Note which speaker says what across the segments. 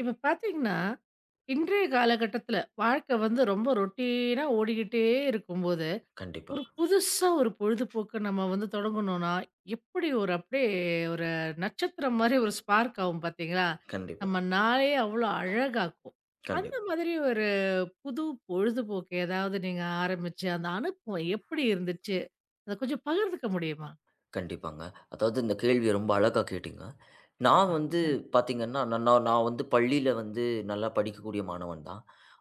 Speaker 1: இப்ப பார்த்தீங்கன்னா, இன்றைய காலகட்டத்தில வாழ்க்கை வந்து ரொம்ப ரொட்டீனா ஓடிக்கிட்டே இருக்கும்போது,
Speaker 2: கண்டிப்பா,
Speaker 1: ஒரு புதுசா ஒரு பொழுதுபோக்கு நம்ம வந்து தொடங்கணும்னா, எப்படி ஒரு அப்படியே ஒரு நட்சத்திரம் மாரி ஒரு ஸ்பார்க் ஆகும் பார்த்தீங்களா?
Speaker 2: கண்டிப்பா,
Speaker 1: நம்ம நாளே அவ்வளோ அழகாக்கும். அந்த
Speaker 2: கண்டிப்
Speaker 1: மாதிரி ஒரு புது பொழுதுபோக்கு ஏதாவது நீங்க ஆரம்பிச்சு, அந்த அனுபவம் எப்படி இருந்துச்சு? அத கொஞ்சம் பகிர்ந்துக்க முடியுமா?
Speaker 2: கண்டிப்பாங்க. அதாவது இந்த கேள்விய ரொம்ப அழகா கேட்டீங்க. நான் வந்து
Speaker 1: ஆ,
Speaker 2: பார்த்தீங்கன்னா, நான் நான் நான் வந்து பள்ளியில வந்து நல்லா படிக்கக்கூடிய மாணவன் தான்.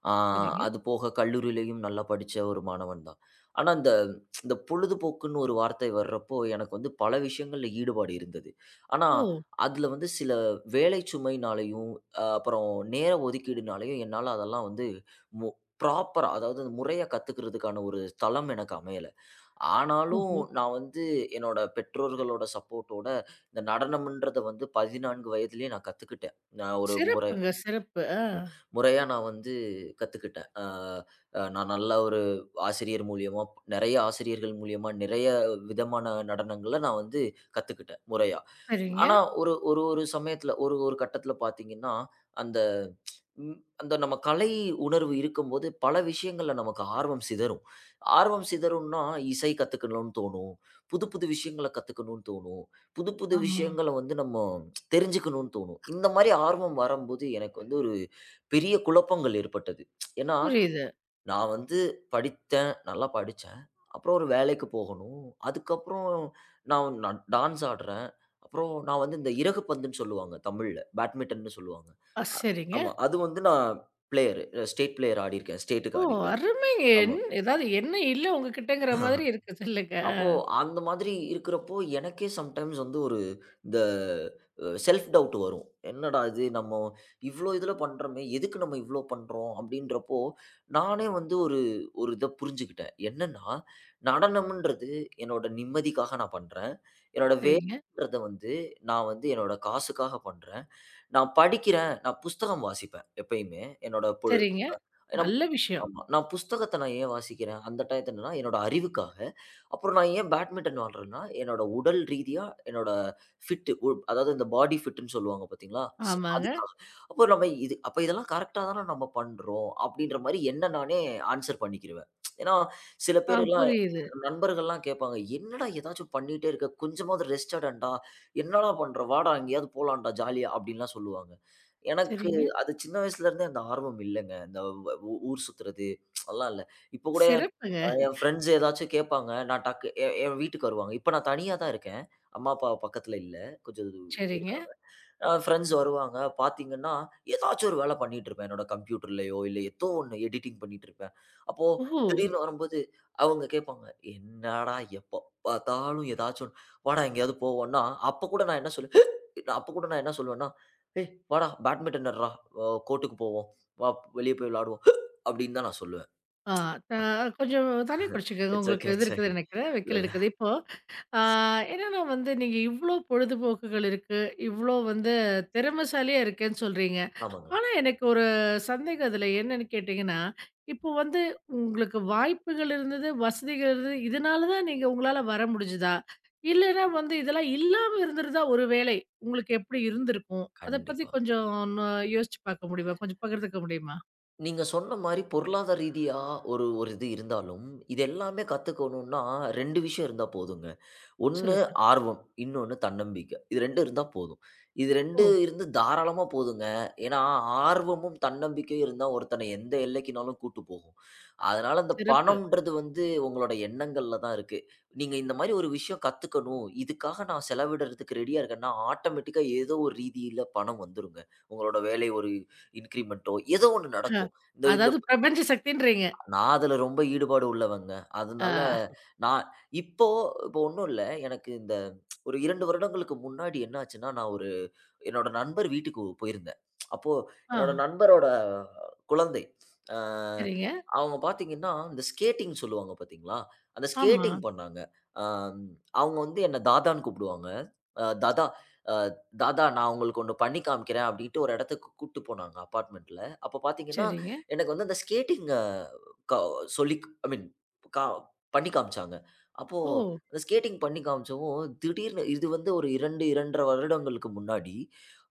Speaker 2: ஆ
Speaker 1: சரிங்க.
Speaker 2: அது போக கல்லூரியிலயும் நல்லா படிச்ச ஒரு மாணவன் தான். ஆனா, இந்த இந்த பொழுதுபோக்குன்னு ஒரு வார்த்தை வர்றப்போ, எனக்கு வந்து பல விஷயங்கள்ல ஈடுபாடு இருந்தது. ஆனா,
Speaker 1: ஓ!
Speaker 2: அதுல வந்து சில வேலை சுமைனாலயும், அப்புறம் நேர ஒதுக்கீடுனாலயும் என்னால அதெல்லாம் வந்து மு ப்ராப்பரா அதாவது முறையா கத்துக்கிறதுக்கான ஒரு தளம் எனக்கு அமையல. ஆனாலும்,
Speaker 1: ஓஹோ!
Speaker 2: நான் வந்து என்னோட பெற்றோர்களோட சப்போர்ட்டோட இந்த நடனம்ன்றத வந்து 14 வயதிலேயே நான் கத்துக்கிட்டேன். நான் ஒரு முறை
Speaker 1: சிறப்புங்க, சிறப்பு. ஆ.
Speaker 2: முறையா நான் வந்து கத்துக்கிட்டேன். அ அ நான் நல்ல ஒரு ஆசிரியர் மூலியமா, நெறைய ஆசிரியர்கள் மூலியமா, நிறைய விதமான நடனங்கள நான் வந்து கத்துக்கிட்டேன், முறையா.
Speaker 1: சரிங்க.
Speaker 2: ஆனா, ஒரு ஒரு ஒரு சமயத்துல ஒரு ஒரு கட்டத்துல பாத்தீங்கன்னா, அந்த ம். அந்த நம்ம கலை உணர்வு இருக்கும்போது, பல விஷயங்கள்ல நமக்கு ஆர்வம் சிதறும். ஆர்வம் சிதறும்னா, இசை கத்துக்கணும்னு தோணும். புது புது விஷயங்கள கத்துக்கணும்னு தோணும். புது புது
Speaker 1: ஆமா.
Speaker 2: விஷயங்கள வந்து நம்ம தெரிஞ்சுக்கணும்னு தோணும். இந்த மாரி ஆர்வம் வரம்போது, எனக்கு வந்து ஒரு பெரிய குழப்பங்கள் ஏற்பட்டது. ஏன்னா,
Speaker 1: புரியுது.
Speaker 2: நான் வந்து படித்தேன், நல்லா படிச்சேன். அப்புறம் ஒரு வேலைக்கு போகணும். அதுக்கப்புறம் நான் நான் டான்ஸ் ஆடுறேன். அப்புறம் நான் வந்து இந்த இறகு பந்துன்னு சொல்லுவாங்க தமிழ்ல. பேட்மிட்டன்னு சொல்லுவாங்க.
Speaker 1: ஆ, சரிங்க.
Speaker 2: ஆமா. அது வந்து நான் பிளேயரு. ஸ்டேட் பிளேயர் ஆடியிருக்கேன்.
Speaker 1: ஓ!
Speaker 2: ஸ்டேட்‌க்கு ஆடியிருக்கேன்.
Speaker 1: அருமைங்க.
Speaker 2: ஆமா.
Speaker 1: என் ஏதாவது என்ன இல்ல உங்ககிட்டங்கிற மாதிரி இருக்குது இல்லங்க.
Speaker 2: அப்போ அந்த மாதிரி இருக்கிறப்போ, எனக்கே சம்டைம்ஸ் வந்து ஒரு இந்த செல்ஃப் டவுட் வரும். என்னடா இது நம்ம இவ்ளோ இதுல பண்றோமே, எதுக்கு நம்ம இவ்ளோ பண்றோம்? அப்படின்றப்போ, நானே வந்து ஒரு ஒரு இத புரிஞ்சுக்கிட்டேன். என்னன்னா, நடனம்ன்றது என்னோட நிம்மதிக்காக நான் பண்றேன். என்னோட
Speaker 1: சரிங்க,
Speaker 2: வேலைன்றத வந்து நான் வந்து என்னோட காசுக்காக பண்றேன். நான் படிக்கிறேன். நான் புஸ்தகம் வாசிப்பேன் எப்பயுமே. என்னோட பொழு
Speaker 1: சரிங்க.
Speaker 2: நம்
Speaker 1: நல்ல விஷயம்.
Speaker 2: ஆமா. நான் ஏன் வாசிக்கிறேன்? அந்த டயத்துல என்னன்னா, என்னோட அறிவுக்காக. அப்புறம் நான் ஏன் பேட்மிண்டன் விளையாடுறேன்னா, என்னோட உடல் ரீதியா என்னோட ஃபிட் உ அதாவது இந்த பாடி ஃபிட்ன்னு சொல்லுவாங்க பார்த்தீங்களா?
Speaker 1: ஆமாங்க.
Speaker 2: அதுக்காக. அப்போ நம்ம அப்ப இதெல்லாம் கரெக்ட்டா தானே நம்ம பண்றோம். அப்படின்ற மாரி என்ன நானே ஆன்ஸர் பண்ணிக்கிருவேன். ஏன்னா, சில
Speaker 1: ஆ,
Speaker 2: பேரெல்லாம்
Speaker 1: புரியுது.
Speaker 2: நண்பர்கள்லாம் கேட்பாங்க. "என்னடா ஏதாச்சும் பண்ணிட்டே இருக்க. கொஞ்சமாவது ரெஸ்ட் எடுன்டா. என்னடா பண்ற? வாடா எங்கேயாவது போலான்டா ஜாலியா," அப்படின்லாம் சொல்லுவாங்க. எனக்கு
Speaker 1: சரிங்க.
Speaker 2: அது சின்ன வயசுல இருந்தே அந்த ஆர்வம் இல்லங்க. இந்த ஊர் சுத்துறது அதெல்லாம் இல்ல. இப்ப கூட
Speaker 1: சிறப்புங்க.
Speaker 2: என் ஃப்ரெண்ட்ஸ் ஏதாச்சும் கேட்பாங்க. நான் டக்கு எ என் வீட்டுக்கு வருவாங்க. இப்ப நான் தனியா தான் இருக்கேன். அம்மா, அப்பா பக்கத்துல இல்ல. கொஞ்சம்
Speaker 1: சரிங்க.
Speaker 2: இருக்காங்க. ஃப்ரெண்ட்ஸ் வருவாங்க. பார்த்தீங்கன்னா, ஏதாச்சும் ஒரு வேலை பண்ணிட்டு இருப்பேன். என்னோட கம்ப்யூட்டர்லயோ, இல்ல ஏதோ ஒண்ணு எடிட்டிங் பண்ணிட்டு இருப்பேன். அப்போ
Speaker 1: ஓஹோ!
Speaker 2: திடீர்னு வரும்போது அவங்க கேட்பாங்க, "என்னடா எப்ப பார்த்தாலும் ஏதாச்சும் ஒண்ணு. வாடா எங்கேயாவது போவோம்னா." அப்ப கூட நான் என்ன சொல்லுவேன் அப்ப கூட நான் என்ன சொல்லுவேன்னா, "ஏய் வாடா பேட்மிண்டன் ஆடுறா. கோர்ட்டுக்கு போவோம். வா வெளிய போய் விளையாடுவோம்," அப்படின்னு தான் நான் சொல்லுவேன்.
Speaker 1: ஆ, த கொஞ்சம் தண்ணி குடிச்சுக்கங்க.
Speaker 2: இட்ஸ்
Speaker 1: உங்களுக்கு
Speaker 2: ஓகே,
Speaker 1: இது
Speaker 2: இட்ஸ்
Speaker 1: இருக்குது
Speaker 2: ஓகே.
Speaker 1: நினைக்கிறேன்.
Speaker 2: இல்ல,
Speaker 1: வைக்கல்
Speaker 2: இல்ல.
Speaker 1: இருக்குது. இப்போ ஆ என்னன்னா வந்து நீங்க இவ்ளோ பொழுதுபோக்குகள் இருக்கு. இவ்ளோ வந்து திறமைசாலியா இருக்கேன்னு சொல்றீங்க.
Speaker 2: ஆமாங்க.
Speaker 1: ஆனா, எனக்கு ஒரு சந்தேகம் அதில என்னன்னு கேட்டீங்கன்னா, இப்போ வந்து உங்களுக்கு வாய்ப்புகள் இருந்தது, வசதிகள் இருந்தது. இதனால தான் நீங்க உங்களால வர முடிஞ்சுதா? இல்லன்னா வந்து இதெல்லாம் இல்லாம இருந்திருந்தா ஒரு வேளை, உங்களுக்கு எப்படி இருந்திருக்கும்? அத பத்தி
Speaker 2: கண்டிப்பா.
Speaker 1: கொஞ்சம் ந யோசிச்சு பார்க்க முடியுமா? கொஞ்சம் பகிர்ந்துக்க முடியுமா?
Speaker 2: நீங்க சொன்ன மாரி பொருளாதார ரீதியா ஒரு ஒரு இது இருந்தாலும், இது எல்லாமே கத்துக்கணும்னா 2 விஷயம் இருந்தா போதுங்க. ஒண்ணு
Speaker 1: சொல்லுங்க.
Speaker 2: ஆர்வம், இன்னொன்னு தன்னம்பிக்கை. இது 2 இருந்தா போதும். இது 2
Speaker 1: ஓ!
Speaker 2: இருந்து தாராளமா போதுங்க. ஏன்னா, ஆர்வமும், தன்னம்பிக்கையும் இருந்தா ஒருத்தனை எந்த எல்லைக்குனாலும் கூட்டு போகும். அதனால இந்த
Speaker 1: சிறப்பு.
Speaker 2: பணம்ன்றது வந்து உங்களோட எண்ணங்கள்ல தான் இருக்கு. நீங்க இந்த மாரி ஒரு விஷயம் கத்துக்கணும், இதுக்காக நான் செலவிடுறதுக்கு ரெடியா இருக்கேன்னா, ஆட்டோமேட்டிக்கா ஏதோ ஒரு ரீதியில பணம் வந்துருங்க. உங்களோட வேலை ஒரு இன்கிரிமென்ட்டோ, ஏதோ ஒண்ணு
Speaker 1: அ
Speaker 2: நடக்கும். இந்த இந்த
Speaker 1: அதாவது பிரபஞ்ச சக்தின்றீங்க.
Speaker 2: நான் அதுல ரொம்ப ஈடுபாடு உள்ளவங்க.
Speaker 1: ஆ,
Speaker 2: அதனால நான் இப்போ இப்போ ஒண்ணும் இல்ல. எனக்கு இந்த ஒரு 2 வருடங்களுக்கு முன்னாடி என்ன ஆச்சுன்னா, நான் ஒரு என்னோட நண்பர் வீட்டுக்கு போயிருந்தேன். அப்போ
Speaker 1: ஆ.
Speaker 2: என்னோட நண்பரோட குழந்தை. அ
Speaker 1: சரிங்க.
Speaker 2: அவங்க பாத்தீங்கன்னா, இந்த ஸ்கேட்டிங் சொல்லுவாங்க பாத்தீங்களா? அந்த
Speaker 1: ஆமா.
Speaker 2: ஸ்கேட்டிங் பண்ணாங்க. அ அவங்க வந்து என்ன தாதான்னு கூப்பிடுவாங்க. அ தாதா அ தாதா நான் உங்களுக்கு ஒண்ணு பண்ணி காமிக்கிறேன் அப்படின்ட்டு ஒரு இடத்துக்கு கூட்டு போனாங்க அபார்ட்மெண்ட்ல. அப்ப பாத்தீங்கன்னா,
Speaker 1: சரிங்க.
Speaker 2: எனக்கு வந்து அந்த ஸ்கேட்டிங் அ க சொல்லி ஐ மீன் கா பண்ணி காமிச்சாங்க. அப்போ
Speaker 1: ஓ!
Speaker 2: அந்த ஸ்கேட்டிங் பண்ணி காமிச்சவும், திடீர்னு இது வந்து ஒரு 2, 2 1/2 வருடங்களுக்கு முன்னாடி,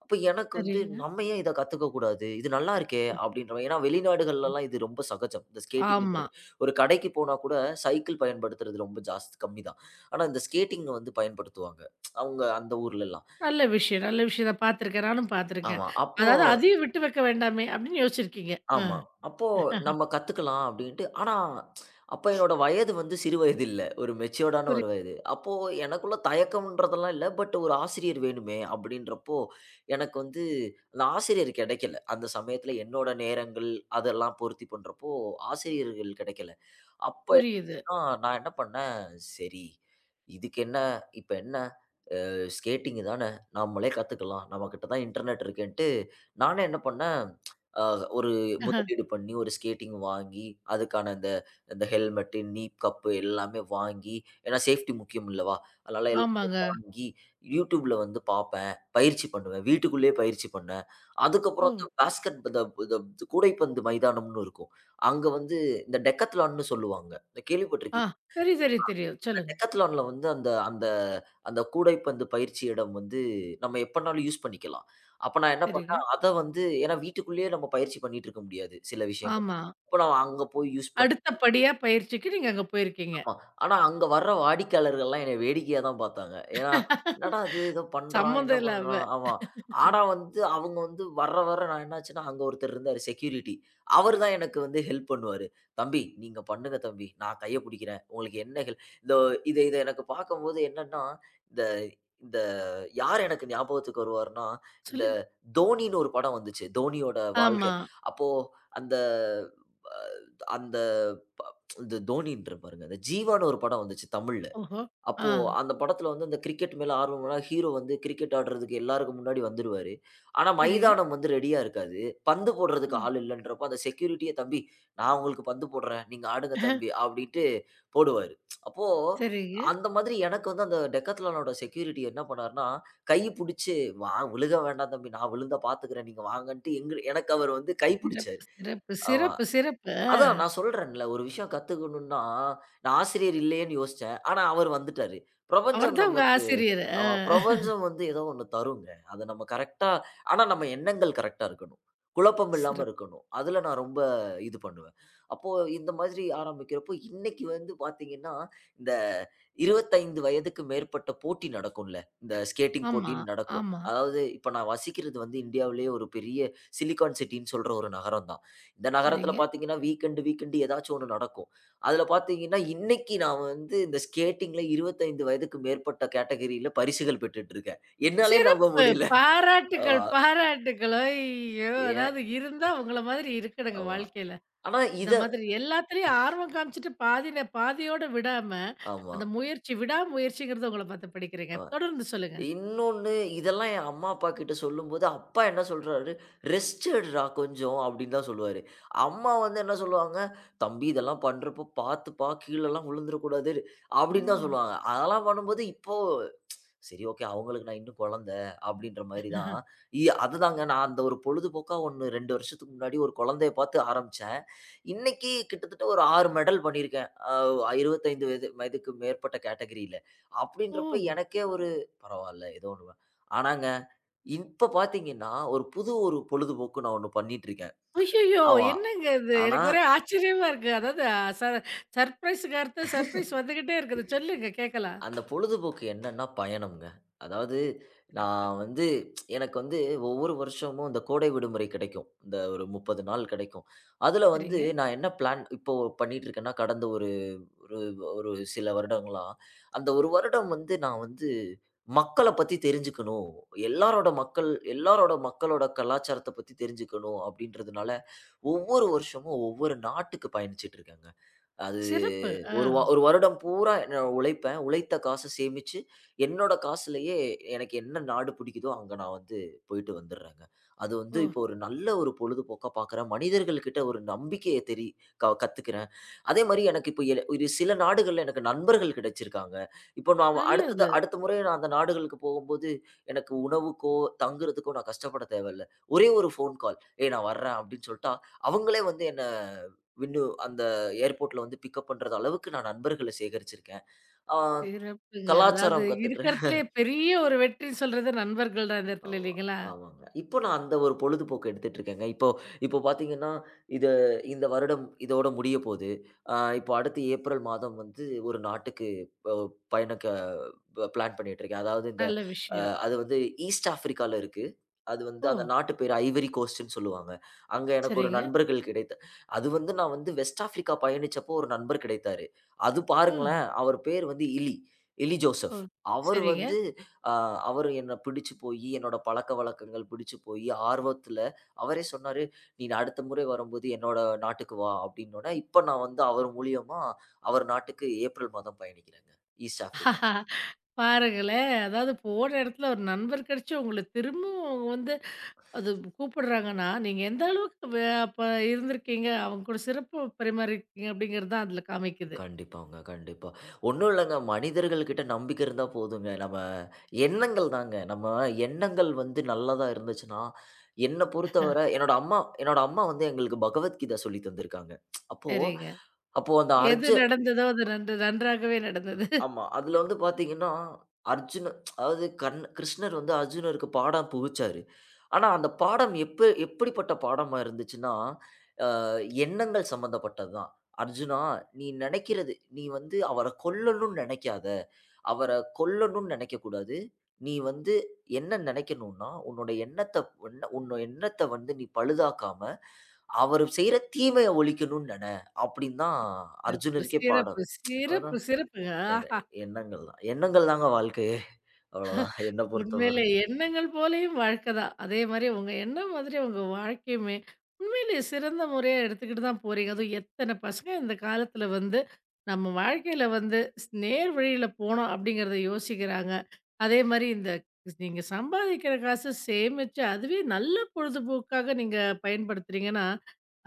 Speaker 2: அப்ப எனக்கு வந்து
Speaker 1: சரிங்க.
Speaker 2: நம்ம ஏன் இத கத்துக்க கூடாது? இது நல்லா இருக்கே! அப்படின்ற மாரி. ஏன்னா வெளிநாடுகள்லலாம் இது ரொம்ப சகஜம். இந்த
Speaker 1: ஆமா.
Speaker 2: ஸ்கேட்டிங்ன்றது. ஒரு கடைக்கு போனா கூட சைக்கிள் பயன்படுத்துறது ரொம்ப ஜாஸ்தி கம்மி தான். ஆனா இந்த ஸ்கேட்டிங் வந்து பயன்படுத்துவாங்க. அவங்க அந்த ஊர்லலாம்.
Speaker 1: நல்ல விஷயம், நல்ல விஷயம். நான் பார்த்துருக்கேன். நானும் பார்த்துருக்கேன்.
Speaker 2: ஆமா. அப்போ
Speaker 1: அதாவது அதையும் விட்டு வைக்க வேண்டாமே! அப்படின்னு யோசிச்சிருக்கீங்க. ஆ,
Speaker 2: ஆமா. அப்போ நம்ம கத்துக்கலாம் அப்படின்ட்டு. ஆனா, அப்ப என்னோட வயது வந்து சிறு வயது இல்ல. ஒரு மெச்சூர்டான
Speaker 1: புரி
Speaker 2: ஒரு வயது. அப்போ எனக்குள்ள தயக்கம்ன்றதெல்லாம் இல்ல. பட் ஒரு ஆசிரியர் வேணுமே அப்படின்றப்போ, எனக்கு வந்து அந்த ஆசிரியர் கிடைக்கல. அந்த சமயத்துல என்னோட நேரங்கள் அதெல்லாம் பொருத்தி பண்றப்போ, ஆசிரியர்கள் கிடைக்கல. அப்ப
Speaker 1: புரியுது.
Speaker 2: என்னாச்சுன்னா, நான் என்ன பண்ணேன், சரி இதுக்கு என்ன இப்ப என்ன ஸ்கேட்டிங் தானே! நம்மளே கத்துக்கலாம். நம்மகிட்ட தான் இன்டர்நெட் இருக்கேன்ட்டு, நானே என்ன பண்ணேன், அ ஒரு
Speaker 1: அஹ,
Speaker 2: முதலீடு பண்ணி ஒரு ஸ்கேட்டிங் வாங்கி, அதுக்கான இந்த இந்த ஹெல்மெட்டு, நீ கப்பு எல்லாமே வாங்கி, ஏன்னா சேஃப்டி முக்கியம் இல்லவா? அதனால எல்லாத்தையும்
Speaker 1: ஆமாங்க.
Speaker 2: வாங்கி, YouTubeல வந்து பார்ப்பேன். பயிற்சி பண்ணுவேன். வீட்டுக்குள்ளேயே பயிற்சி பண்ணேன்.
Speaker 1: ஓ!
Speaker 2: அதுக்கப்புறம் இந்த பாஸ்கெட் இந்த இந்த கூடைப்பந்து மைதானம்னு இருக்கும். அங்க வந்து இந்த டெக்கத்லான்னு சொல்லுவாங்க.
Speaker 1: ஆ,
Speaker 2: கேள்விப்பட்டிருக்கீங்களா?
Speaker 1: சரி, சரி தெரியும். சொல்லுங்க.
Speaker 2: டெக்காத்லான்ல வந்து அந்த அந்த அந்த கூடைப்பந்து பயிற்சி இடம் வந்து நம்ம எப்பனாலும் யூஸ் பண்ணிக்கலாம். அப்ப நான் என்ன
Speaker 1: சரிங்க.
Speaker 2: பண்ணேன், அத வந்து ஏன்னா வீட்டுக்குள்ளேயே நம்ம பயிற்சி பண்ணிட்டு இருக்க முடியாது, சில விஷயங்கள்.
Speaker 1: ஆமா.
Speaker 2: அப்ப நான் அங்க போய்
Speaker 1: அடுத்த படியா பயிற்சிக்கு நீங்க அங்க போயிருக்கீங்க.
Speaker 2: ஆமா. ஆனா அங்க வர்ற வாடிக்கையாளர்கள்லாம் என்னைய வேடிக்கையா தான் பார்த்தாங்க. ஏன்னா, "என்னடா இது ஏதோ பண்றான், என்ன
Speaker 1: சம்மந்தம் இல்லாம.
Speaker 2: பண்றான்?" ஆமா. ஆனா வந்து அவங்க வந்து வர வர நான் என்னாச்சுன்னா, அங்க ஒருத்தர் இருந்தாரு செக்யூரிட்டி. அவரு தான் எனக்கு வந்து ஹெல்ப் பண்ணுவாரு. "தம்பி, நீங்க பண்ணுங்க தம்பி. நான் கைய பிடிக்கிறேன். உங்களுக்கு என்ன ஹெல்ப்?" இதோ இத இத எனக்கு பார்க்கும்போது என்னன்னா, இந்த இந்த யார் எனக்கு ஞாபகத்துக்கு வருவார்ன்னா, இந்த
Speaker 1: சொல்லுங்க.
Speaker 2: தோனின்னு ஒரு படம் வந்துச்சு. தோனியோட வாழ்க்கை.
Speaker 1: ஆமா.
Speaker 2: அப்போ அந்த அ அந்த இந்த தோனின்றாரு பாருங்க. இந்த ஜீவான்னு ஒரு படம் வந்துச்சு தமிழ்ல.
Speaker 1: ஓஹோ! ஆ,
Speaker 2: அப்போ அந்த படத்துல வந்து அந்த கிரிக்கெட் மேல ஆர்வம்னா, ஹீரோ வந்து கிரிக்கெட் ஆடுறதுக்கு எல்லாருக்கும் முன்னாடி வந்துருவாரு. ஆனா
Speaker 1: சரிங்க.
Speaker 2: மைதானம் வந்து ரெடியா இருக்காது. பந்து போடுறதுக்கு
Speaker 1: ம்.
Speaker 2: ஆள் இல்லன்றப்போ அந்த செக்யூரிட்டியே, "தம்பி, நான் உங்களுக்கு பந்து போடுறேன். நீங்க ஆடுங்க
Speaker 1: அஹ,
Speaker 2: தம்பி," அப்படின்ட்டு போடுவாரு. அப்போ
Speaker 1: சரிங்க.
Speaker 2: அந்த மாதிரி எனக்கு வந்து அந்த டெக்காத்லானோட செக்யூரிட்டி என்ன பண்ணாருன்னா, கை புடிச்சு, "வா விழுக வேண்டாம் தம்பி. நான் விழுந்தா பார்த்துக்கிறேன். நீங்க வாங்கன்ட்டு," எங்க எனக்கு அவரு வந்து கை புடிச்சாரு.
Speaker 1: சிறப்பு, சிறப்பு,
Speaker 2: ஆமா.
Speaker 1: சிறப்பு, சிறப்பு. ஆ.
Speaker 2: அதான் நான் சொல்றேன்ல, ஒரு விஷயம் கத்துக்கணும்னா, நான் ஆசிரியர் இல்லையேன்னு யோசிச்சேன். ஆனா, அவர் வந்துட்டாரு. பிரபஞ்சம்
Speaker 1: அவர்தான் உங்க
Speaker 2: நமக்கு
Speaker 1: ஆசிரியர். ஆ.
Speaker 2: ஆமா. பிரபஞ்சம் வந்து ஏதோ ஒண்ணு தருங்க. அத நம்ம கரெக்ட்டா ஆனா நம்ம எண்ணங்கள் கரெக்ட்டா இருக்கணும். குழப்பம் இல்லாம
Speaker 1: சிறப்பு.
Speaker 2: இருக்கணும். அதுல நான் ரொம்ப இது பண்ணுவேன். அப்போ இந்த மாதிரி ஆரம்பிக்கிறப்போ, இன்னைக்கு வந்து பார்த்தீங்கன்னா, இந்த 25 வயதுக்கு மேற்பட்ட போட்டி நடக்கும்ல. இந்த ஸ்கேட்டிங்
Speaker 1: ஆமா,
Speaker 2: போட்டின்னு நடக்கும்.
Speaker 1: ஆமா.
Speaker 2: அதாவது இப்ப நான் வசிக்கிறது வந்து இந்தியாவிலேயே ஒரு பெரிய சிலிக்கான் சிட்டின்னு சொல்ற ஒரு நகரம் தான். இந்த நகரத்துல
Speaker 1: சரிங்க.
Speaker 2: பார்த்தீங்கன்னா, வீக்கெண்ட் வீக்கெண்ட் ஏதாச்சும் ஒண்ணு நடக்கும். அதுல பாத்தீங்கன்னா, இன்னைக்கு நான் வந்து இந்த ஸ்கேட்டிங்ல 25 வயதுக்கு மேற்பட்ட கேட்டகரியில பரிசுகள் பெற்றுட்டு இருக்கேன். என்னாலயே நம்ப
Speaker 1: சிறப்பு.
Speaker 2: முடியல.
Speaker 1: பாராட்டுக்கள்,
Speaker 2: ஆமா.
Speaker 1: பாராட்டுக்கள். ஐயோ!
Speaker 2: ஏன்
Speaker 1: அதாவது இருந்தா உங்கள மாதிரி இருக்கணுங்க
Speaker 2: ஆமா.
Speaker 1: வாழ்க்கையில.
Speaker 2: ஆனா இத
Speaker 1: இந்த மாதிரி எல்லாத்துலயும் ஆர்வம் காமிச்சுட்டு பாதியில பாதியோட விடாம,
Speaker 2: ஆமா,
Speaker 1: அந்த முயற்சி விடா முயற்சிங்கிறத உங்கள பார்த்து படிக்கிறேங்க.
Speaker 2: ஆமா.
Speaker 1: தொடர்ந்து சொல்லுங்க.
Speaker 2: இன்னொன்னு இதெல்லாம் என் அம்மா, அப்பா கிட்ட சொல்லும்போது, அப்பா என்ன சொல்றாரு, "ரெஸ்ட் எடுடா கொஞ்சம்," அப்படின்னு தான் சொல்லுவாரு. அம்மா வந்து என்ன சொல்லுவாங்க, "தம்பி இதெல்லாம் பண்றப்போ பாத்துப்பா, கீழலாம் விழுந்துறக்கூடாது," அப்படின்னு தான்
Speaker 1: ஆமா.
Speaker 2: சொல்லுவாங்க. அதெல்லாம் பண்ணும்போது இப்ப சரி, ஓகே. அவங்களுக்கு நான் இன்னும் குழந்த அப்படின்ற மாரி தான். அதுதாங்க நான் அந்த ஒரு பொழுதுபோக்கா ஒண்ணு 2 வருஷத்துக்கு முன்னாடி ஒரு குழந்தைய பார்த்து ஆரம்பிச்சேன். இன்னைக்கு கிட்டத்தட்ட ஒரு 6 மெடல் பண்ணியிருக்கேன். 25 வயதுக்கு மேற்பட்ட கேட்டகரியில.
Speaker 1: ஓ!
Speaker 2: அப்படின்றப்ப எனக்கே ஒரு பரவால்ல ஏதோ ஒண்ணு. ஆனாங்க, இப்ப பார்த்தீங்கன்னா, ஒரு புது பொழுதுபோக்கு நான் ஒண்ணு பண்ணிட்டு இருக்கேன்.
Speaker 1: ஐய்யயோ!
Speaker 2: ஆமா.
Speaker 1: என்னங்க இது?
Speaker 2: ஆனா
Speaker 1: எனக்கு ஒரே ஆச்சரியமா இருக்கு. அதாவது ச சர்ப்ரைஸுக்கு அடுத்து சர்ப்ரைஸ் வந்துகிட்டே இருக்குது. சொல்லுங்க, கேட்கலாம்.
Speaker 2: அந்த பொழுதுபோக்கு என்னன்னா பயணம்ங்க. அதாவது
Speaker 1: சிறப்பு.
Speaker 2: நான் வந்து எனக்கு வந்து ஒவ்வொரு வருஷமும் இந்த கோடை விடுமுறை கிடைக்கும். இந்த ஒரு 30 நாள் கிடைக்கும். அதுல வந்து
Speaker 1: சரிங்க.
Speaker 2: நான் என்ன பிளான் இப்போ பண்ணிட்டு இருக்கேன்னா, கடந்த ஒரு ஒரு ஒரு சில வருடங்களா, அந்த 1 வருடம் வந்து நான் வந்து மக்கள பத்தி தெரிஞ்சுக்கணும். எல்லாரோட மக்கள் எல்லாரோட மக்களோட கலாச்சாரத்த பத்தி தெரிஞ்சுக்கணும் அப்படின்றதுனால, ஒவ்வொரு வருஷமும் ஒவ்வொரு நாட்டுக்கு பயணிச்சுட்டு இருக்கேங்க. அது
Speaker 1: சிறப்பு. ஆ.
Speaker 2: ஒரு வருடம் பூரா நான் உழைப்பேன். உழைத்த காச சேமிச்சு, என்னோட காசுலயே எனக்கு என்ன நாடு பிடிக்குதோ, அங்க நான் வந்து போயிட்டு வந்துர்றேங்க. அது வந்து
Speaker 1: ஓ!
Speaker 2: இப்போ ஒரு நல்ல பொழுதுபோக்கா பார்க்குறேன். மனிதர்கள் கிட்ட ஒரு நம்பிக்கைய தெரி க கத்துக்கிறேன். அதே மாரி எனக்கு இப்போ ஒரு சில நாடுகள்ல எனக்கு நண்பர்கள் கிடைச்சிருக்காங்க. இப்போ நான்
Speaker 1: நல்லது.
Speaker 2: அடுத்த முறை நான் அந்த நாடுகளுக்கு போகும்போது, எனக்கு உணவுக்கோ, தங்குறதுக்கோ நான் கஷ்டப்பட தேவையில்ல. ஒரே ஒரு ஃபோன் கால், "ஏய் நான் வர்றேன்," அப்படின்னு சொல்ட்டா, அவங்களே வந்து என்ன விண்ணு அந்த ஏர்போர்ட்ல வந்து பிக்கப் பண்றது அளவுக்கு நான் நண்பர்கள சேகரிச்சிருக்கேன். ஆ
Speaker 1: சிறப்புங்க. அதாவது
Speaker 2: கலாச்சாரம் கத்துட்டு
Speaker 1: இருக்கிறதுலயே பெரிய ஒரு வெற்றின்னு சொல்றது நண்பர்கள் தான் இந்த
Speaker 2: ஆ
Speaker 1: இடத்துல இல்லைங்களா?
Speaker 2: ஆமாங்க. இப்போ நான் அந்த ஒரு பொழுதுபோக்கு எடுத்துட்டு இருக்கேங்க. இப்போ இப்போ பார்த்தீங்கன்னா, இது இந்த வருடம் இதோட முடிய போது. அ இப்போ அடுத்து ஏப்ரல் மாதம் வந்து ஒரு நாட்டுக்கு அ பயணிக்க பிளான் பண்ணிட்டு இருக்கேன். அதாவது இந்த
Speaker 1: நல்ல
Speaker 2: அ
Speaker 1: விஷயம்.
Speaker 2: அது வந்து ஈஸ்ட் ஆஃப்ரிக்கால இருக்கு. அது வந்து
Speaker 1: ஓ!
Speaker 2: அந்த நாட்டு பேரு ஐவரி கோஸ்ட்ன்னு சொல்லுவாங்க. அங்க எனக்கு ஒரு
Speaker 1: சரிங்க.
Speaker 2: நண்பர்கள் கிடைத்த அது வந்து நான் வந்து வெஸ்ட் ஆஃப்ரிக்கா பயணிச்சப்போ ஒரு நண்பர் கிடைத்தாரு. அது பாருங்களேன்,
Speaker 1: ஆ.
Speaker 2: அவர் பேர் வந்து இலி இலி ஜோசப்.
Speaker 1: ஓ!
Speaker 2: அவர்
Speaker 1: சரிங்க.
Speaker 2: வந்து ஆ அவரு என்ன பிடிச்சு போயி, என்னோட பழக்கவழக்கங்கள் பிடிச்சு போயி, ஆர்வத்துல அவரே சொன்னாரு, "நீ அடுத்த முறை வரும்போது என்னோட நாட்டுக்கு வா," அப்படின்னோனே, இப்ப நான் வந்து அவர் மூலியமா அவர் நாட்டுக்கு ஏப்ரல் மாதம் பயணிக்கிறேங்க. East Africa.
Speaker 1: பாருங்களேன். அதாவது போன இடத்துல ஒரு நண்பர் கிடைச்சு உங்கள திரும்பவும் அவங்க வந்து அது கூப்பிடுறாங்கன்னா, நீங்க எந்த அளவுக்கு அப்ப இருந்திருக்கீங்க, அவங்க கூட சிறப்பு பரிமாறியிருக்கீங்க அப்படிங்கிறது தான் அதில காமிக்குது.
Speaker 2: கண்டிப்பாங்க, கண்டிப்பா. ஒண்ணும் இல்லங்க. மனிதர்கள் கிட்ட நம்பிக்கை இருந்தா போதுங்க. நம்ம எண்ணங்கள் தாங்க. நம்ம எண்ணங்கள் வந்து நல்லதா இருந்துச்சுன்னா, என்ன பொறுத்தவரை என்னோட அம்மா வந்து எங்களுக்கு பகவத்கீதை சொல்லி தந்திருக்காங்க. அப்போ
Speaker 1: சரிங்க.
Speaker 2: அப்போ அந்த அர்ஜ
Speaker 1: எது நடந்ததோ அது நன்று நன்றாகவே நடந்தது.
Speaker 2: ஆமா. அதுல வந்து பாத்தீங்கன்னா, அர்ஜுன அதாவது கிருஷ்ணர் வந்து அர்ஜுனருக்கு பாடம் புகுச்சாரு. ஆனா, அந்த பாடம் எப்படிப்பட்ட பாடமா இருந்துச்சுன்னா, அ எண்ணங்கள் சம்மந்தப்பட்டது தான். "அர்ஜுனா, நீ நெனைக்கிறது நீ வந்து அவர கொல்லணும்னு நெனைக்காத. அவர கொல்லணும்னு நெனைக்கக்கூடாது. நீ வந்து என்ன நெனைக்கணும்னா, உன்னோட எண்ணத்த வந்து நீ பழுதாக்காம, அவரு செய்ற தீமைய ஒழிக்கணும்னு நென." அப்படின்னு தான்
Speaker 1: சிறப்பு,
Speaker 2: அர்ஜுனருக்கே
Speaker 1: சிறப்பு,
Speaker 2: பாடம்.
Speaker 1: சிறப்பு, சிறப்புங்க.
Speaker 2: எண்ண
Speaker 1: ஆஹா!
Speaker 2: எண்ணங்கள் தான். எண்ணங்கள் தாங்க வாழ்க்கையே. அவ்வளோதான் என்ன பொறுத்தவர.
Speaker 1: உண்மையிலே எண்ணங்கள் போலயும் வாழ்க்கை தான். அதே மாரி உங்க எண்ணம் மாதிரி உங்க வாழ்க்கையுமே, உண்மையிலேயே சிறந்த முறையா எடுத்துக்கிட்டு தான் போறீங்க. அதுவும் எத்தனை பசங்க இந்த காலத்துல வந்து, நம்ம வாழ்க்கையில வந்து நேர் வழியில போணும் அப்படிங்கிறத யோசிக்கிறாங்க. அதே மாரி இந்த நீங்க சம்பாதிக்கிற காசு சேமிச்சு, அதுவே நல்ல பொழுதுபோக்காக நீங்க பயன்படுத்துறீங்கன்னா,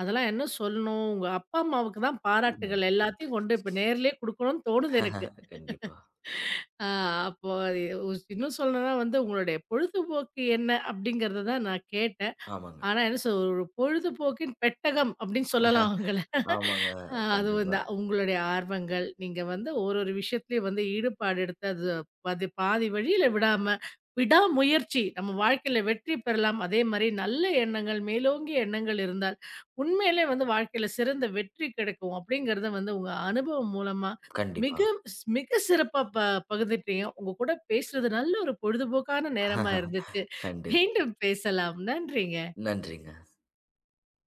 Speaker 1: அதெல்லாம் என்ன சொல்லணும்? உங்க அப்பா, அம்மாவுக்கு தான்
Speaker 2: ம்.
Speaker 1: பாராட்டுகள் எல்லாத்தையும் கொண்டு இப்ப நேர்லயே குடுக்கணும்னு தோணுது எனக்கு.
Speaker 2: கண்டிப்பா.
Speaker 1: ஆ, அப்போ அது இன்னும் சொல்லணும்னா வந்து, "உங்களுடைய பொழுதுபோக்கு என்ன?" அப்படிங்கிறத தான் நான் கேட்டேன்.
Speaker 2: ஆமாங்க.
Speaker 1: ஆனா என்ன ஒரு பொழுதுபோக்கின் பெட்டகம் அப்படின்னு சொல்லலாம் அவங்கள.
Speaker 2: ஆமாங்க.
Speaker 1: அது
Speaker 2: கண்டிப்பா,
Speaker 1: வந்து உங்களுடைய ஆர்வங்கள், நீங்க வந்து ஒரு ஒரு விஷயத்திலயும் வந்து ஈடுபாடு எடுத்து அது பாதி பாதி வழியில விடாம, விடாமுயற்சி நம்ம வாழ்க்கையில வெற்றி பெறலாம். அதே மாரி நல்ல எண்ணங்கள், மேலோங்கிய எண்ணங்கள் இருந்தால், உண்மையிலே வந்து வாழ்க்கையில சிறந்த வெற்றி கிடைக்கும் அப்படிங்கிறத வந்து உங்க அனுபவம் மூலமா
Speaker 2: கண்டிப்பா.
Speaker 1: மிக மிக சிறப்பா பகிர்ந்துட்டீங்க. உங்க கூட பேசுறது நல்ல ஒரு பொழுதுபோக்கான நேரமா இருந்துச்சு.
Speaker 2: கண்டிப்பா.
Speaker 1: மீண்டும் பேசலாம். நன்றிங்க.
Speaker 2: நன்றிங்க.